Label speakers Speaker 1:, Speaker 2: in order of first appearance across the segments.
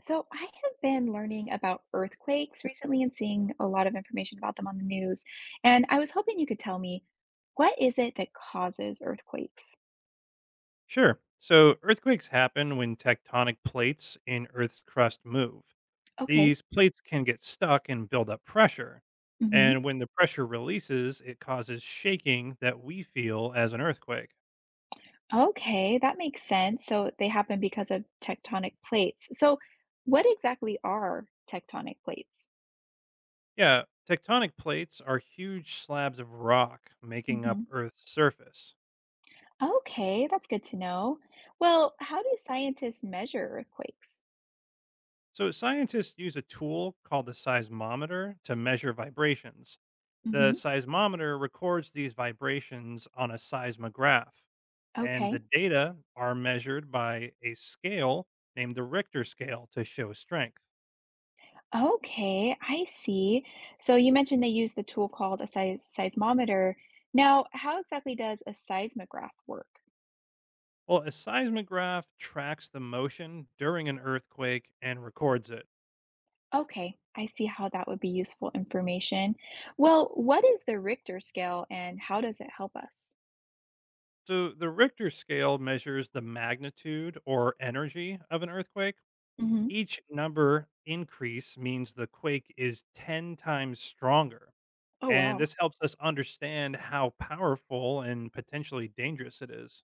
Speaker 1: So I have been learning about earthquakes recently and seeing a lot of information about them on the news. And I was hoping you could tell me, what is it that causes earthquakes?
Speaker 2: Sure. So earthquakes happen when tectonic plates in Earth's crust move.
Speaker 1: Okay.
Speaker 2: These plates can get stuck and build up pressure.
Speaker 1: Hmm.
Speaker 2: And when the pressure releases, it causes shaking that we feel as an earthquake.
Speaker 1: Okay, that makes sense. So they happen because of tectonic plates. So what exactly are tectonic plates?
Speaker 2: Yeah, tectonic plates are huge slabs of rock making up
Speaker 1: Hmm.
Speaker 2: Earth's surface.
Speaker 1: Okay, that's good to know. Well, how do scientists measure earthquakes?
Speaker 2: So scientists use a tool called the seismometer to measure vibrations. The
Speaker 1: Hmm.
Speaker 2: seismometer records these vibrations on a seismograph, and the
Speaker 1: Okay.
Speaker 2: data are measured by a scale named the Richter scale to show strength.
Speaker 1: Okay, I see. So you mentioned they use the tool called a seismometer. Now, how exactly does a seismograph work?
Speaker 2: Well, a seismograph tracks the motion during an earthquake and records it.
Speaker 1: Okay, I see how that would be useful information. Well, what is the Richter scale and how does it help us?
Speaker 2: So the Richter scale measures the magnitude or energy of an earthquake.
Speaker 1: Hmm.
Speaker 2: Each number increase means the quake is 10 times stronger.
Speaker 1: Oh,
Speaker 2: And
Speaker 1: wow.
Speaker 2: this helps us understand how powerful and potentially dangerous it is.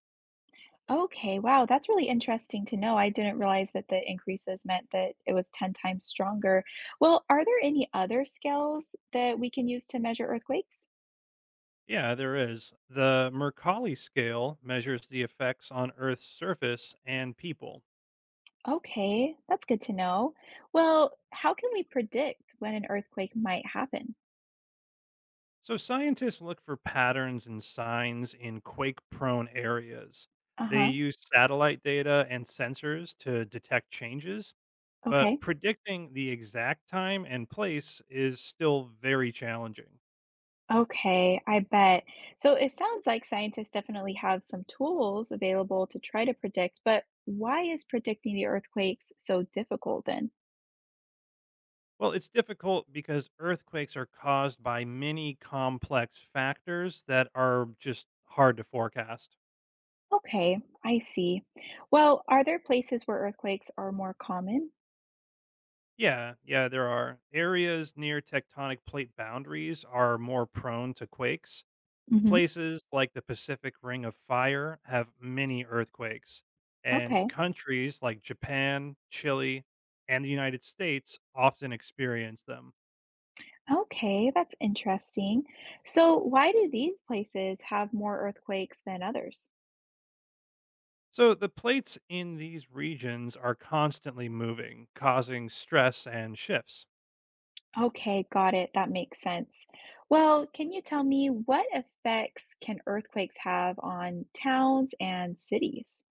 Speaker 1: Okay, wow, that's really interesting to know. I didn't realize that the increases meant that it was 10 times stronger. Well, are there any other scales that we can use to measure earthquakes?
Speaker 2: Yeah, there is. The Mercalli scale measures the effects on Earth's surface and people.
Speaker 1: Okay, that's good to know. Well, how can we predict when an earthquake might happen?
Speaker 2: So scientists look for patterns and signs in quake prone areas. They
Speaker 1: Uh-huh.
Speaker 2: use satellite data and sensors to detect changes, but
Speaker 1: Okay.
Speaker 2: predicting the exact time and place is still very challenging.
Speaker 1: Okay, I bet. So it sounds like scientists definitely have some tools available to try to predict, but why is predicting the earthquakes so difficult then?
Speaker 2: Well, it's difficult because earthquakes are caused by many complex factors that are just hard to forecast.
Speaker 1: Okay, I see. Well, are there places where earthquakes are more common?
Speaker 2: Yeah, yeah, there are. Areas near tectonic plate boundaries are more prone to quakes.
Speaker 1: Hmm.
Speaker 2: Places like the Pacific Ring of Fire have many earthquakes. And
Speaker 1: Okay.
Speaker 2: countries like Japan, Chile, and the United States often experience them.
Speaker 1: Okay, that's interesting. So why do these places have more earthquakes than others?
Speaker 2: So the plates in these regions are constantly moving, causing stress and shifts.
Speaker 1: Okay, got it. That makes sense. Well, can you tell me, what effects can earthquakes have on towns and cities?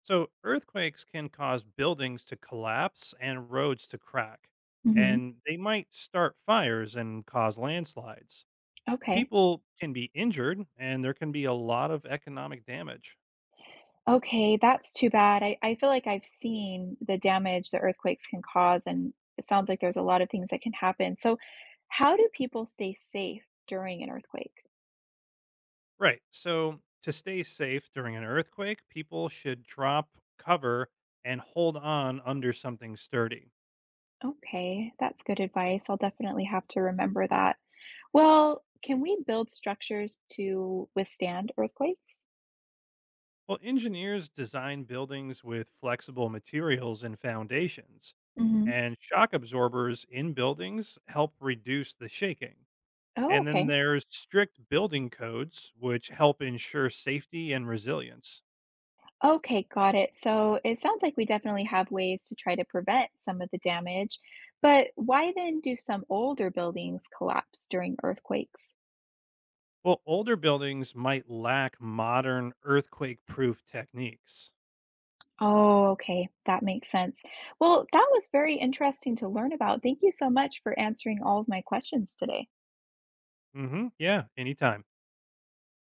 Speaker 2: So earthquakes can cause buildings to collapse and roads to crack,
Speaker 1: Hmm.
Speaker 2: and they might start fires and cause landslides.
Speaker 1: Okay.
Speaker 2: People can be injured, and there can be a lot of economic damage.
Speaker 1: Okay, that's too bad. I feel like I've seen the damage that earthquakes can cause, and it sounds like there's a lot of things that can happen. So how do people stay safe during an earthquake?
Speaker 2: Right. So to stay safe during an earthquake, people should drop cover and hold on under something sturdy.
Speaker 1: Okay, that's good advice. I'll definitely have to remember that. Well, can we build structures to withstand earthquakes?
Speaker 2: Well, engineers design buildings with flexible materials and foundations,
Speaker 1: Hmm.
Speaker 2: and shock absorbers in buildings help reduce the shaking.
Speaker 1: Oh,
Speaker 2: And
Speaker 1: okay.
Speaker 2: then there's strict building codes, which help ensure safety and resilience.
Speaker 1: Okay, got it. So it sounds like we definitely have ways to try to prevent some of the damage, but why then do some older buildings collapse during earthquakes?
Speaker 2: Well, older buildings might lack modern earthquake proof techniques.
Speaker 1: Oh, okay, that makes sense. Well, that was very interesting to learn about. Thank you so much for answering all of my questions today.
Speaker 2: Hmm. Yeah, anytime.